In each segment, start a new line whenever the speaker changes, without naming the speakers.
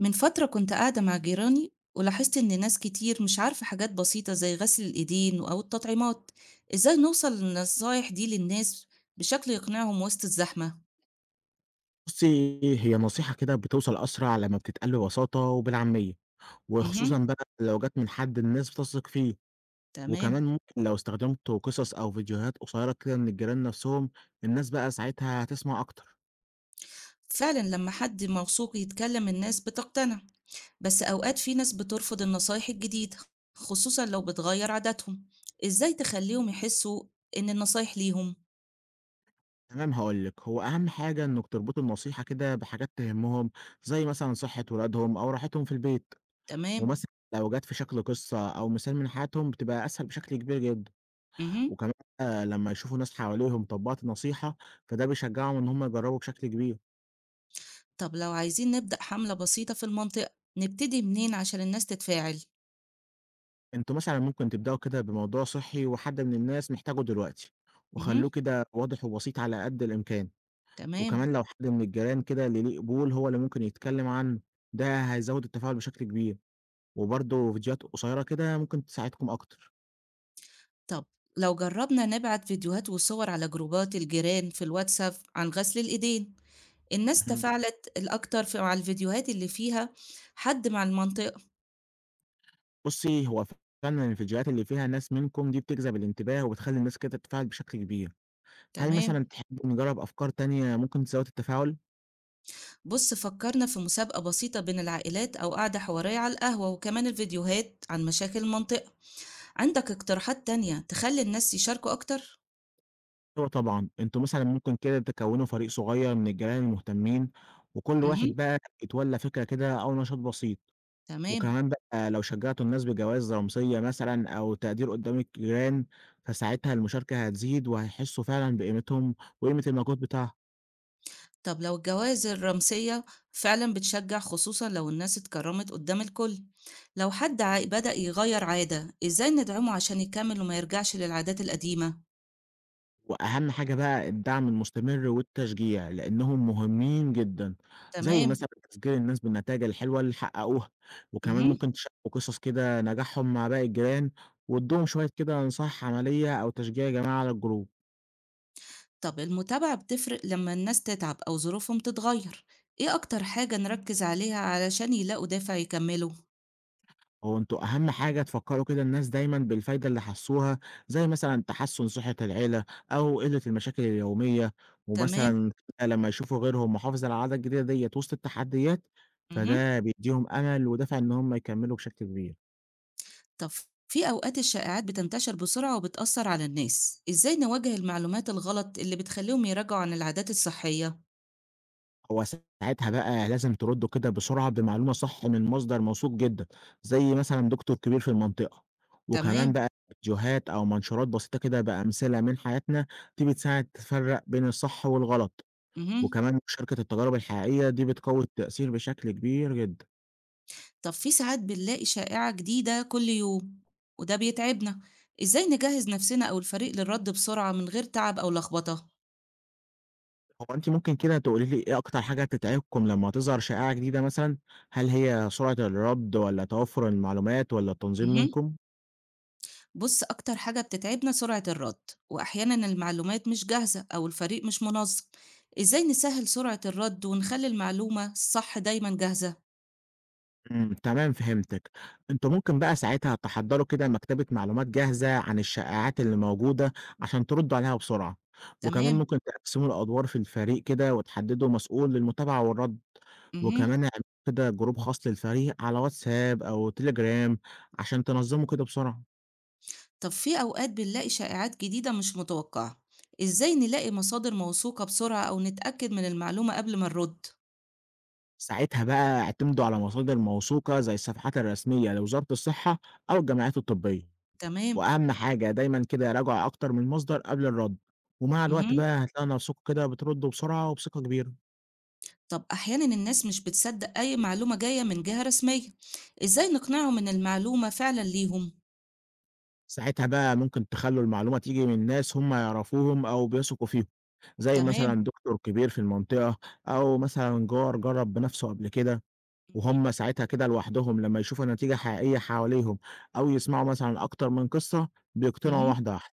من فترة كنت قاعدة مع جيراني ولاحظت إن ناس كتير مش عارفة حاجات بسيطة زي غسل الإيدين أو التطعيمات، إزاي نوصل للنصايح دي للناس بشكل يقنعهم وسط الزحمة؟
بُصّي، هي نصيحة كده بتوصل أسرع لمّا بتتقال ببساطة وبالعامية،
امم
وخصوصًا بقى لو جات من حد الناس بتثق فيه،
تمام،
وكمان ممكن لو استخدمت قصص أو فيديوهات قصيرة كده من الجيران نفسهم، الناس بقى ساعتها هتسمع أكتر.
فعلا لما حد موثوق يتكلم الناس بتقتنع، بس أوقات في ناس بترفض النصايح الجديدة خصوصا لو بتغير عاداتهم، إزاي تخليهم يحسوا إن النصايح ليهم؟
تمام هاقول لِك، هو أهم حاجة إنِّك تربطي النصيحة كده بحاجات تهمهم، زي مثلًا صحة ولادهم أو راحتهم في البيت،
تمام،
ومثلًا لو جات في شكل قصة أو مثال من حياتهم بتبقى أسهل بشكل كبير جدًا،
امم
وكمان لمّا يشوفوا ناس حواليهم طبّقت النصيحة، فده بيشجعهم إن هم يجربوا بشكل كبير.
طب لو عايزين نبدأ حملة بسيطة في المنطقة، نبتدي منين عشان الناس تتفاعل؟
أنتم مثلًا ممكن تبدأوا كده بموضوع صحّي وحد من الناس محتاجه دلوقتي،
اهم،
وخلّوه كده واضح وبسيط على قد الإمكان، وكمان
تمام.
لو حد من الجيران كده اللي ليه قبول هو اللي ممكن يتكلم عنه، ده هيزوّد التفاعل بشكل كبير، وبرضه فيديوهات قصيرة كده ممكن تساعدكم أكتر.
طب لو جرّبنا نبعت فيديوهات وصور على جروبات الجيران في الواتساب عن غسل الإيدين، الناس
اهم.
تفاعلت الأكتر ف مع الفيديوهات اللي فيها حد مع المنطقة،
بُصّي، هو فعلًا الفيديوهات اللي فيها ناس منكم دي بتجذب الانتباه وبتخلّي الناس كده تتفاعل بشكل كبير. هل مثلًا
تمام.
تحبوا نجرّب أفكار تانية ممكن تزوّد التفاعل؟
بُص فكّرنا في مسابقة بسيطة بين العائلات أو قعدة حوارية على القهوة، وكمان الفيديوهات عن مشاكل المنطقة. عندك اقتراحات تانية تخلّي الناس يشاركوا أكتر؟
أيوه طبعًا، أنتم مثلًا ممكن كده تكوّنوا فريق صغير من الجيران المهتمين، وكل
اهم،
واحد بقى يتولّى فكرة كده أو نشاط بسيط،
تمام.
وكمان بقى لو شجّعتوا الناس بجوائز رمزية مثلًا أو تقدير قدّام الجيران، فساعتها المشاركة هتزيد وهيحسّوا فعلًا بقيمتهم وقيمة المجهود بتاعهم.
طب لو الجوائز الرمزية فعلا بتشجع خصوصا لو الناس اتكرمت قدام الكل، لو حد بدأ يغير عادة ازاي ندعمه عشان يكمل وما يرجعش للعادات القديمة؟
وأهم حاجة بقى الدعم المستمر والتشجيع، لإنهم مهمين جدًا، زي
تمام.
مثلًا تذكير الناس بالنتايج الحلوة اللي حققوها، وكمان
مهم.
ممكن تشاركوا قصص كده نجاحهم مع باقي الجيران، وادّوهم شوية كده نصايح عملية أو تشجيع جماعي على الجروب.
طب المتابعة بتفرق لما الناس تتعب أو ظروفهم تتغير، ايه أكتر حاجة نركز عليها علشان يلاقوا دافع يكملوا؟
هو أنتم أهم حاجة تفكّروا كده الناس دايمًا بالفايدة اللي حسّوها، زي مثلًا تحسُّن صحة العيلة أو قِلّة المشاكل اليومية،
تمام.
ومثلًا لمّا يشوفوا غيرهم محافظ على العادة الجديدة ديّة وسط التحديات،
مهم.
فده بيدّيهم أمل ودافع إن هم يكمّلوا بشكل كبير.
طب في أوقات الشائعات بتنتشر بسرعة وبتأثر على الناس، ازاي نواجه المعلومات الغلط اللي بتخليهم يراجعوا عن العادات الصحية؟
هو ساعتها بقى لازم تردّوا كده بسرعة بمعلومة صح من مصدر موثوق جدًا، زي مثلًا دكتور كبير في المنطقة، وكمان
تمام.
بقى فيديوهات أو منشورات بسيطة كده بأمثلة من حياتنا، دي بتساعد تفرّق بين الصح والغلط.
مهم.
وكمان مشاركة التجارب الحقيقية دي بتقوي التأثير بشكل كبير جدًا.
طب في ساعات بنلاقي شائعة جديدة كل يوم وده بيتعبنا، ازاي نجهز نفسنا او الفريق للرد بسرعة من غير تعب او لخبطة؟
هو أنتِ ممكن كده تقولي لي إيه أكتر حاجة بتتعبكم لمّا تظهر شائعة جديدة مثلًا؟ هل هي سرعة الرد والّا توفر المعلومات والّا التنظيم
مهم.
منكم؟
بص اكتر حاجة بتتعبنا سرعة الرد، واحيانا المعلومات مش جاهزة او الفريق مش منظم، ازاي نسهل سرعة الرد ونخلي المعلومة الصح دايما جاهزة؟
تمام فهمتِك. أنتم ممكن بقى ساعتها تحضّروا كده مكتبة معلومات جاهزة عن الشائعات اللي موجودة عشان تردّوا عليها بسرعة، وكمان
تمام.
ممكن تقسّموا الأدوار في الفريق كده وتحدّدوا مسؤول للمتابعة والرَد، وكمان
مهم.
اعملوا كده جروب خاص للفريق على واتساب أو تليجرام عشان تنظّموا كده بسرعة.
طب في اوقات بنلاقي شائعات جديدة مش متوقعة، ازاي نلاقي مصادر موثوقة بسرعة او نتأكد من المعلومة قبل ما نرد؟
ساعتها بقى اعتمدوا على مصادر موثوقة زي الصفحات الرسمية لوزارة الصحة أو الجمعيات الطبية.
تمام.
وأهم حاجة دايمًا كده راجع أكتر من مصدر قبل الرد، ومع الوقت
مهم.
بقى هتلاقوا نفسكم كده بتردوا بسرعة وبثقة كبيرة،
طب أحيانا الناس مش بتصدق أي معلومة جاية من جهة رسمية، إزاي نقنعهم إن المعلومة فعلا ليهم؟
ساعتها بقى ممكن تخلّوا المعلومة تيجي من ناس هم يعرفوهم أو بيثقوا فيهم، زي
تمام،
مثلًا دكتور كبير في المنطقة أو مثلًا جار جرب بنفسه قبل كده،
اهم،
وهم ساعتها كده لوحدهم لمّا يشوفوا نتيجة حقيقية حواليهم أو يسمعوا مثلًا أكتر من قصة بيقتنعوا
اهم.
واحدة واحدة.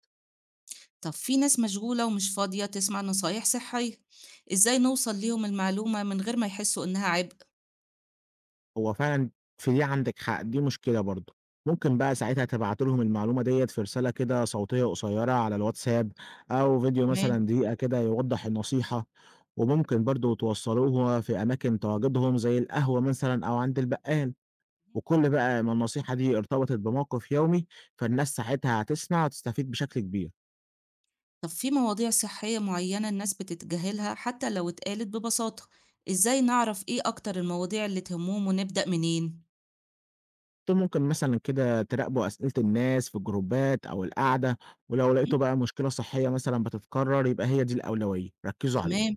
طب في ناس مشغولة ومش فاضية تسمع نصايح صحية، إزاي نوصل ليهم المعلومة من غير ما يحسوا إنها عبء؟
هو فعلًا في دي عندِك حق، دي مشكلة برضه. ممكن بقى ساعتها تبعتِ لهم المعلومة ديّة في رسالة كده صوتية قصيّرة على الواتساب، أو فيديو
تمام.
مثلًا دقيقة كده يوضّح النصيحة، وممكن برضه توصّلوها في أماكن تواجدهم زي القهوة مثلًا أو عند البقال، وكل بقى ما النصيحة دي ارتبطت بموقف يومي، فالناس ساعتها هتسمع وتستفيد بشكل كبير.
طب في مواضيع صحية معينة الناس بتتجاهلها حتى لو اتقالت ببساطة، إزاي نعرف إيه أكتر المواضيع اللي تهمهم ونبدأ منين؟
أنتم ممكن مثلًا كده تراقبوا أسئلة الناس في الجروبات أو القعدة، ولو
اهم،
لقيتوا بقى مشكلة صحية مثلًا بتتكرر يبقى هي دي الأولوية، ركّزوا عليها.
تمام.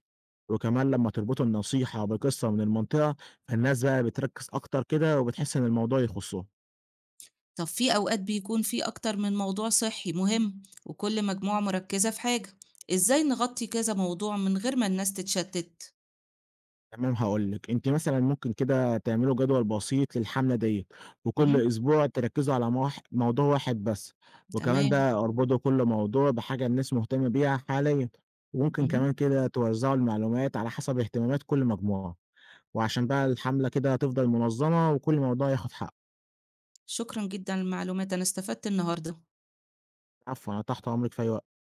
وكمان لمّا تربطوا النصيحة بقصة من المنطقة، فالناس بقى بتركّز أكتر كده وبتحس إن الموضوع يخصّهم.
طب في أوقات بيكون في أكتر من موضوع صحي مهم وكل مجموعة مركزة في حاجة، إزاي نغطي كذا موضوع من غير ما الناس تتشتت؟
تمام هاقول لِك، أنتِ مثلًا ممكن كده تعملوا جدول بسيط للحملة ديّة،
اهم،
وكل أسبوع تركّزوا على موضوع واحد بس، وكمان
تمام،
بقى اربطوا كل موضوع بحاجة الناس مهتمة بيها حاليًا، وممكن
اهم.
كمان كده توزّعوا المعلومات على حسب اهتمامات كل مجموعة، وعشان بقى الحملة كده تفضل منظمة وكل موضوع ياخد حقّه.
شكرًا جدًا للمعلومات، أنا استفدت النهارده.
العفو، أنا تحت أمرِك في أي وقت.